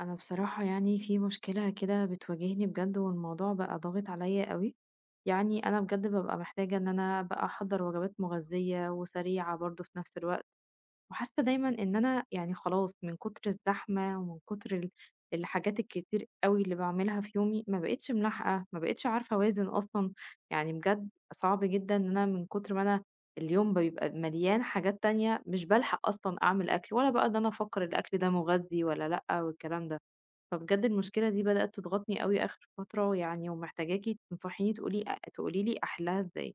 انا بصراحة يعني في مشكلة كده بتواجهني بجد، والموضوع بقى ضاغط عليا قوي. يعني انا بجد ببقى محتاجة ان انا بقى احضر وجبات مغذية وسريعة برضو في نفس الوقت، وحاسة دايما ان انا يعني خلاص من كتر الزحمة ومن كتر الحاجات الكتير قوي اللي بعملها في يومي، ما بقتش ملاحقة، ما بقتش عارفة اوازن اصلا. يعني بجد صعب جدا ان انا من كتر ما انا اليوم بيبقى مليان حاجات تانية مش بلحق اصلا اعمل اكل، ولا بقى ان انا افكر الاكل ده مغذي ولا لأ والكلام ده. فبجد المشكلة دي بدأت تضغطني أوي آخر فترة يعني، ومحتاجاكِ تنصحيني تقولي لي أحلها إزاي.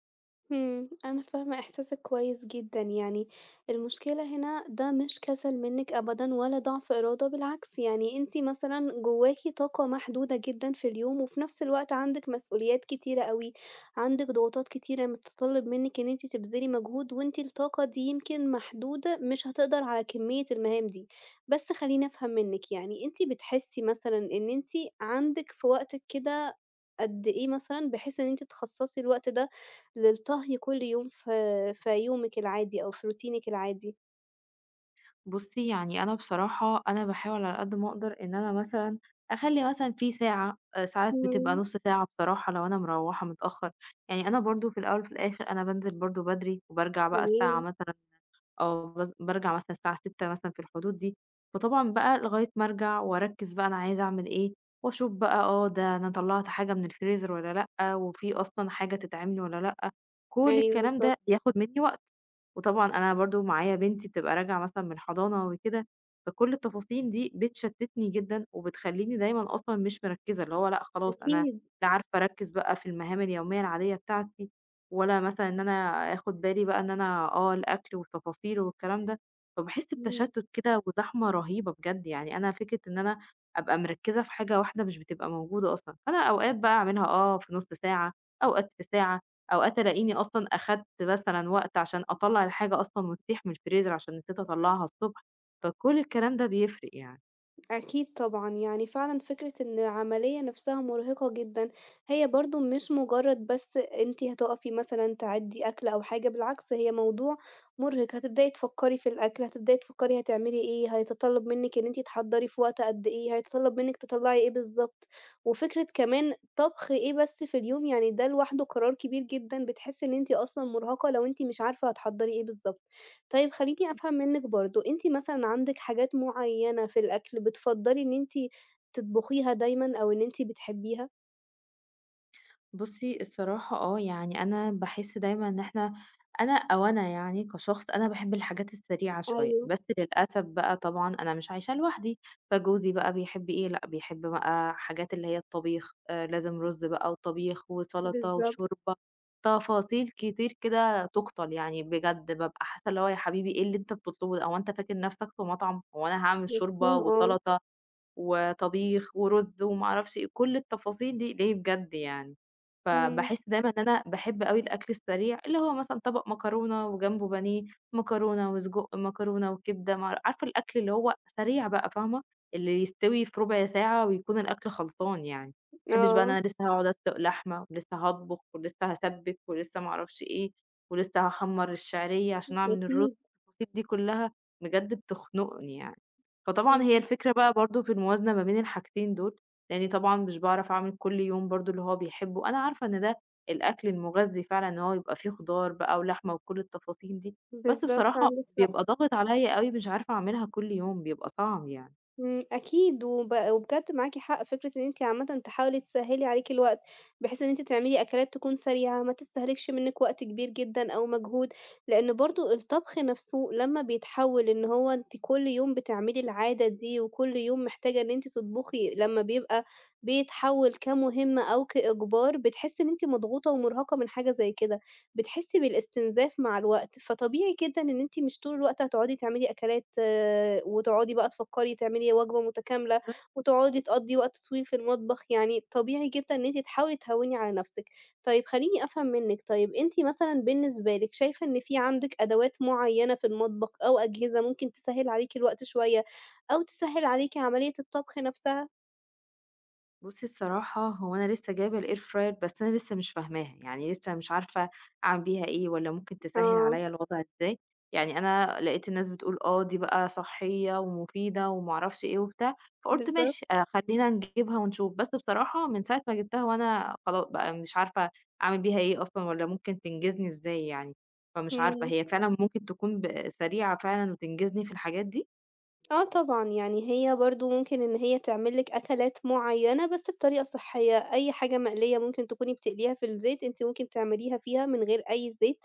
أنا فاهمة إحساسِك كويس جدًا يعني، المشكلة هنا ده مش كسل منِّك أبدًا ولا ضعف إرادة، بالعكس يعني أنتِ مثلًا جواكِ طاقة محدودة جدًا في اليوم، وفي نفس الوقت عندِك مسؤوليات كتيرة أوي، عندِك ضغوطات كتيرة بتتطلب منِّك إن أنتِ تبذلي مجهود، وأنتِ الطاقة دي يمكن محدودة مش هتقدر على كمية المهام دي. بس خلّيني أفهم منِّك يعني أنتِ بتحسي مثلًا إن أنتِ عندِك في وقتِك كده قد إيه مثلًا، بحيث إن أنتِ تخصصي الوقت ده للطهي كل يوم في في يومِك العادي أو في روتينِك العادي. بُصّي، يعني أنا بصراحة أنا باحاول على قد ما أقدر إن أنا مثلًا أخلّي مثلًا في ساعة، ساعات بتبقى إمم، نُص ساعة بصراحة لو أنا مروّحة متأخّر. يعني أنا برضه في الأول وفي الآخر أنا بانزل برضه بدري وبارجع بقى الساعة تمام، مثلًا آه، بارجع مثلًا الساعة 18:00 مثلًا في الحدود دي. فطبعًا بقى لغاية ما أرجع وأركّز بقى أنا عايزة أعمل إيه، وأشوف بقى آه، ده أنا طلّعت حاجة من الفريزر والّا لأ، وفي أصلًا حاجة تتعمل والّا لأ، كل أيوه الكلام بالضبط، ده ياخد منّي وقت. وطبعًا أنا برضه معايا بنتي بتبقى راجعة مثلًا من الحضانة وكده، فكل التفاصيل دي بتشتتني جدًا، وبتخلّيني دايمًا أصلًا مش مركّزة، اللي هو لأ خلاص أنا أكيد، لا عارفة أركّز بقى في المهام اليومية العادية بتاعتي، ولا مثلًا إن أنا آخُد بالي بقى إن أنا آه، الأكل والتفاصيل والكلام ده. فباحس إمم. بتشتُّت كده وزحمة رهيبة بجد، يعني أنا فكرة إن أنا أبقى مركِّزة في حاجة واحدة مش بتبقى موجودة أصلًا. فأنا أوقات بقى أعملها آه في نُص ساعة، أوقات في ساعة، أوقات ألاقيني أصلًا أخدت مثلًا وقت عشان أطلّع الحاجة أصلًا وتسيح من الفريزر عشان نسيت أطلّعها الصبح، فكل الكلام ده بيفرق يعني. أكيد طبعًا، يعني فعلًا فكرة إن العملية نفسها مرهقة جدًا، هي برضه مش مجرد بس أنتِ هتقفي مثلًا تعدّي أكل أو حاجة، بالعكس هي موضوع مرهق، هتبدئي تفكّري في الأكل، هتبدئي تفكّري هتعملي إيه، هيتطلّب منِّك إن أنتِ تحضّري في وقت قد إيه، هيتطلّب منِّك تطلّعي إيه بالضبط، وفكرة كمان طبخ إيه بس في اليوم، يعني ده لوحده قرار كبير جدًا، بتحسّي إن أنتِ أصلًا مرهقة لو أنتِ مش عارفة هتحضّري إيه بالضبط. طيب خلّيني أفهم منِّك برضه، أنتِ مثلًا عندِك حاجات معيّنة في الأكل بتفضّلي إن أنتِ تطبخيها دايمًا أو إن أنتِ بتحبيها؟ بُصّي الصراحة آه، يعني أنا باحس دايمًا إن أنا أو أنا يعني كشخص أنا باحب الحاجات السريعة شوية، أيوه، بس للأسف بقى طبعًا أنا مش عايشة لوحدي. فجوزي بقى بيحب إيه، لأ بيحب بقى حاجات اللي هي الطبيخ، لازم رز بقى وطبيخ وسلطة بالضبط، وشوربة، تفاصيل كتير كده تُقتل يعني. بجد بابقى حاسة اللي هو يا حبيبي إيه اللي أنت بتطلبه ده، هو أنت فاكر نَفْسك في مطعم؟ هو أنا هاعمل مفهوم شوربة آه، وسلطة وطبيخ ورز وما اعرفش إيه، كل التفاصيل دي ليه بجد يعني. إمم، فباحس دايما ان انا بحب قوي الاكل السريع اللي هو مثلا طبق مكرونه وجنبه بانيه، مكرونه وسجق، مكرونه وكبده عارفه الاكل اللي هو سريع بقى، فاهمه، اللي يستوي في ربع ساعه ويكون الاكل خلطان يعني. ما بحبش بقى ان آه، انا لسه هقعد اسلق لحمه ولسه هطبخ ولسه هسبك ولسه ما اعرفش ايه، ولسه هخمر الشعريه عشان اعمل أكيد، الرز، التفاصيل دي كلها بجد بتخنقني يعني. فطبعًا هي إمم، الفكرة بقى برضه في الموازنة ما بين الحاجتين دول، لإني طبعًا مش باعرف أعمل كل يوم برضه اللي هو بيحبه. أنا عارفة إن ده الأكل المغذي فعلًا، إن هو يبقى فيه خضار بقى ولحمة وكل التفاصيل دي، بس بالضبط بصراحة عندِك حق. بيبقى ضاغط عليَّ أوي، مش عارفة أعملها كل يوم، بيبقى صعب يعني. إمم، أكيد وبجد معاكِ حق، فكرة إن أنتِ عامةً تحاولي تسهّلي عليكِ الوقت، بحيث إن أنتِ تعملي أكلات تكون سريعة، ما تستهلكش منِّك وقت كبير جدًا أو مجهود، لإن برضه الطبخ نفسه لمّا بيتحوّل إن هو أنتِ كل يوم بتعملي العادة دي، وكل يوم محتاجة إن أنتِ تطبخي، لمّا بيبقى بيتحوّل كمهمة أو كإجبار، بتحسّي إن أنتِ مضغوطة ومُرهقة من حاجة زي كده. بتحسّي بالاستنزاف مع الوقت، فطبيعي جدًا إن أنتِ مش طول الوقت هتقعدي تعملي أكلات وتقعدي بقى تفكّري تعملي وجبة متكاملة وتقعدي تقضّي وقت طويل في المطبخ، يعني طبيعي جدًا إن أنتِ تحاولي تهوّني على نَفْسِك. طيب خلّيني أفهم منِّك، طيب أنتِ مثلًا بالنسبة لِك شايفة إن في عندِك أدوات معيّنة في المطبخ أو أجهزة ممكن تسهّل عليكِ الوقت شوية أو تسهّل عليكِ عملية الطبخ نَفْسها؟ بُصّي الصراحة هو أنا لسه جايبة الair fryer، بس أنا لسه مش فاهماها، يعني لسه مش عارفة أعمل بيها إيه والّا ممكن تسهّل آه، عليّا الوضع إزاي. يعني أنا لقيت الناس بتقول آه دي بقى صحية ومفيدة وما أعرفش إيه وبتاع، فقُلت بالضبط، ماشي، خلّينا نجيبها ونشوف. بس بصراحة من ساعة ما جبتها وأنا خلا بقى مش عارفة أعمل بيها إيه أصلًا والّا ممكن تنجزني إزاي يعني. فمش عارفة إمم. هي فعلًا ممكن تكون سريعة فعلًا وتنجزني في الحاجات دي؟ آه طبعًا، يعني هي برضه ممكن إن هي تعمل لِك أكلات معيّنة بس بطريقة صحّية، أي حاجة مقلية ممكن تكوني بتقليها في الزيت، أنتِ ممكن تعمليها فيها من غير أي زيت،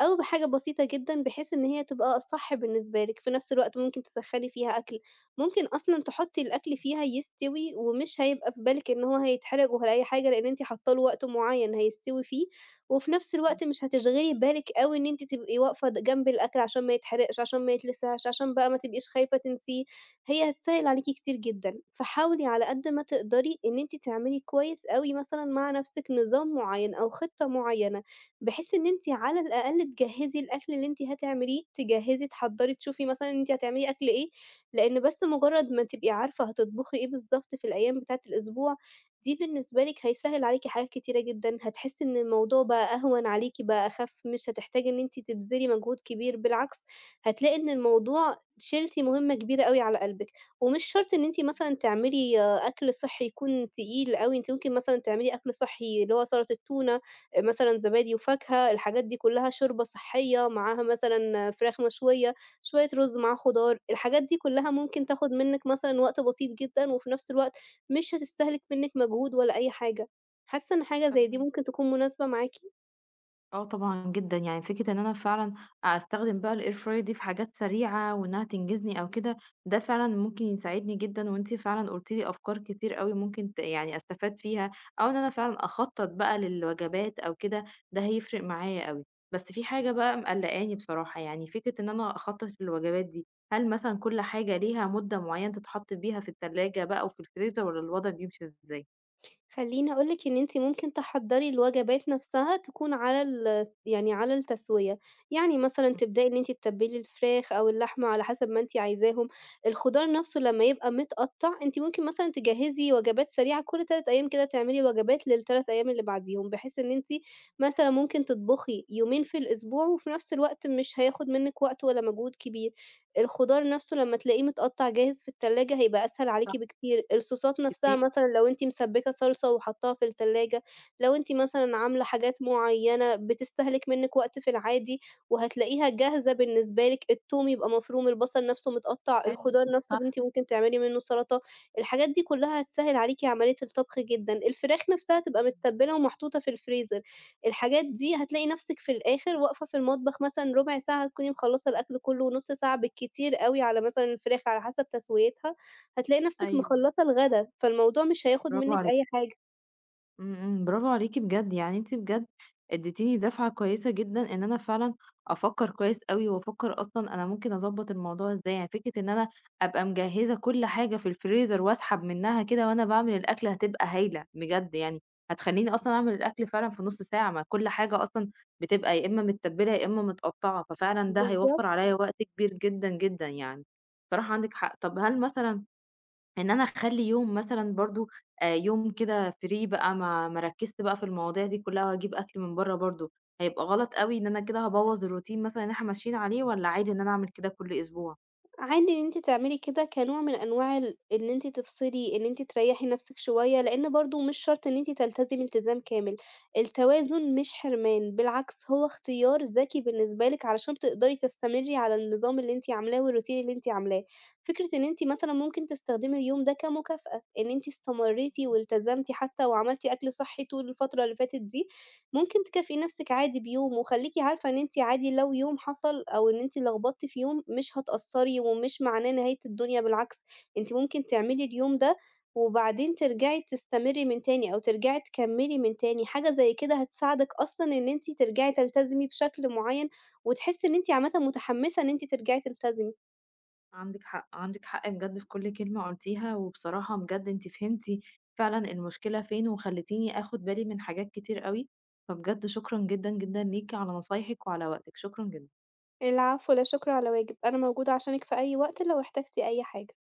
أو بحاجة بسيطة جدًا بحيث إن هي تبقى صح بالنسبة لِك، في نفس الوقت ممكن تسخّني فيها أكل، ممكن أصلًا تحطّي الأكل فيها يستوي ومش هيبقى في بالِك إن هو هيتحرق ولا أي حاجة، لإن أنتِ حاطة له وقت معيّن هيستوي فيه. وفي نفس الوقت مش هتشغلي بالِك أوي إن أنتِ تبقي واقفة د جنب الأكل عشان ما يتحرقش، عشان ما يتلسعش، عشان بقى ما تبقيش خايفة تنسيه، هي هتسهِّل عليكِ كتير جدًا. فحاولي على قد ما تقدري إن أنتِ تعملي كويس أوي مثلًا مع نفسِك نظام معيّن أو خطة معيّنة، بحيث إن أنتِ على الأقل تجهّزي الأكل اللي أنتِ هتعمليه، تجهّزي، تحضّري، تشوفي مثلًا أنتِ هتعملي أكل إيه، لإن بس مجرّد ما تبقي عارفة هتطبخي إيه بالضبط في الأيام بتاعة الأسبوع دي بالنسبة لِك هيسهّل عليكِ حاجات كتيرة جدًا، هتحسّي إن الموضوع بقى أهون عليكِ، بقى أخَف، مش هتحتاجي إن أنتِ تبذلي مجهود كبير، بالعكس هتلاقي إن الموضوع شِلتِ مهمة كبيرة أوي على قلبِك، ومش شرط إن أنتِ مثلًا تعملي أكل صحّي يكون تقيل أوي، أنتِ ممكن مثلًا تعملي أكل صحّي اللي هو سلطة تونة، مثلًا زبادي وفاكهة، الحاجات دي كلّها شوربة صحّية، معاها مثلًا فراخ مشوية، شوية رُز معاه خضار، الحاجات دي كلّها ممكن تاخد منِّك مثلًا وقت بسيط جدًا، وفي نفس الوقت مش هتستهلك منِّك مجهود ولا أي حاجة. حاسة إن حاجة زي دي فاهماكِ. ممكن تكون مناسبة معاكِ؟ آه طبعًا جدًا، يعني فكرة إن أنا فعلًا أستخدم بقى الair fryer دي في حاجات سريعة وإنها تنجزني أو كده، ده فعلًا ممكن يساعدني جدًا. وأنتِ فعلًا قُلتِ لي أفكار كتير أوي ممكن يعني أستفاد فيها، أو إن أنا فعلًا أخطط بقى للوجبات أو كده، ده هيفرق معايا أوي. بس في حاجة بقى مقلقاني بصراحة، يعني فكرة إن أنا أخطط للوجبات دي، هل مثلًا كل حاجة ليها مدة معينة تتحط بيها في التلاجة بقى وفي الفريزر والّا الوضع بيمشي إزاي؟ خلّيني أقول لِك إن أنتِ ممكن تحضّري الوجبات نفسها تكون على يعني على التسوية، يعني مثلًا إمم، تبدئي إن أنتِ تتبّلي الفراخ أو اللحمة على حسب ما أنتِ عايزاهم، الخضار نفسه لمّا يبقى متقطّع أنتِ ممكن مثلًا تجهّزي وجبات سريعة كل 3 أيام كده تعملي وجبات لل3 أيام اللي بعديهم، بحيث إن أنتِ مثلًا ممكن تطبخي يومين في الأسبوع وفي نفس الوقت مش هياخد منِّك وقت ولا مجهود كبير. الخضار نفسه لمّا تلاقيه متقطّع جاهز في التلاجة هيبقى أسهل عليكِ صح، بكتير، الصوصات نفسها كتير، مثلًا لو أنتِ مسبِّكة صلصة وحاطّاها في التلاجة، لو أنتِ مثلًا عاملة حاجات معيّنة بتستهلك منِّك وقت في العادي وهتلاقيها جاهزة بالنسبة لِك، التوم يبقى مفروم، البصل نفسه متقطّع، حلو، الخضار نفسه صح، اللي أنتِ ممكن تعملي منه سلطة، الحاجات دي كلّها هتسهِّل عليكِ عملية الطبخ جدًا. الفراخ نفسها تبقى إمم. متبّلة ومحطوطة في الفريزر. الحاجات دي هتلاقي نفسِك في الآخر واقفة في المطبخ مثلًا ربع ساعة تكوني مخلّصة الأكل كلّه، نُص ساعة بالكتير أوي على مثلًا الفراخ على حسب تسويتها، هتلاقي نفسِك أيوه، مخلّصة الغدا، فالموضوع مش هياخد برافو. منِّك إمم عليكِ. أي حاجة. إمم، إمم، برافو عليكِ بجد، يعني أنتِ بجد اديتيني دفعة كويسة جدًا إن أنا فعلًا أفكّر كويس أوي، وأفكّر أصلًا أنا ممكن أضبّط الموضوع إزاي. يعني فكرة إن أنا أبقى مجهّزة كل حاجة في الفريزر وأسحب منها كده وأنا باعمل الأكل هتبقى هايلة بجد يعني، هتخلّيني أصلًا أعمل الأكل فعلًا في نُص ساعة، ما كل حاجة أصلًا بتبقى يا إمّا متّبلة يا إمّا متقطّعة، ففعلًا ده هيوفّر بالضبط. عليَّ وقت كبير جدًا، جدًا يعني. بصراحة عندِك حق. طَب هل مثلًا إن أنا أخلّي يوم مثلًا برضه، يوم كده free بقى ما ركّزت بقى في المواضيع دي كلّها وأجيب أكل من برّه برضه، هيبقى غلط أوي إن أنا كده هابوّظ الroutine مثلًا اللي إحنا ماشيين عليه والّا عادي إن أنا أعمل كده كل أسبوع؟ عادي إن أنتِ تعملي كده كنوع من أنواع ال إن أنتِ تفصلي، إن أنتِ تريّحي نفسِك شوية، لإن برضه مش شرط إن أنتِ تلتزمي التزام كامل، التوازن مش حرمان، بالعكس هو اختيار ذكي بالنسبة لِك علشان تقدري تستمري على النظام اللي أنتِ عاملاه والroutine اللي أنتِ عاملاه. فكرة إن أنتِ مثلًا ممكن تستخدمي اليوم ده كمكافأة، إن أنتِ استمريتِ والتزمتِ حتى وعملتِ أكل صحّي طول الفترة اللي فاتت دي، ممكن تكافئي نفسِك عادي بيوم، وخلّيكِ عارفة إن أنتِ عادي لو يوم حصل أو إن أنتِ لخبطتِ في يوم مش هتقصّري ومش معناه نهاية الدنيا، بالعكس أنتِ ممكن تعملي اليوم ده وبعدين ترجعي تستمري من تاني أو ترجعي تكمّلي من تاني، حاجة زي كده هتساعدِك أصلًا إن أنتِ ترجعي تلتزمي بشكل معيّن، وتحسّي إن أنتِ عامةً متحمّسة إن أنتِ ترجعي تلتزمي. عندِك حق، عندِك حق بجد في كل كلمة قُلتيها، وبصراحة بجد أنتِ فهمتِ فعلًا المشكلة فين وخلّيتيني آخُد بالي من حاجات كتير أوي، فبجد شكرًا جدًا، جدًا ليكِ على نصايحِك وعلى وقتِك، شكرًا جدًا. العفو، لا شكر على واجب، أنا موجودة عشانِك في أي وقت لو احتجتِ أي حاجة.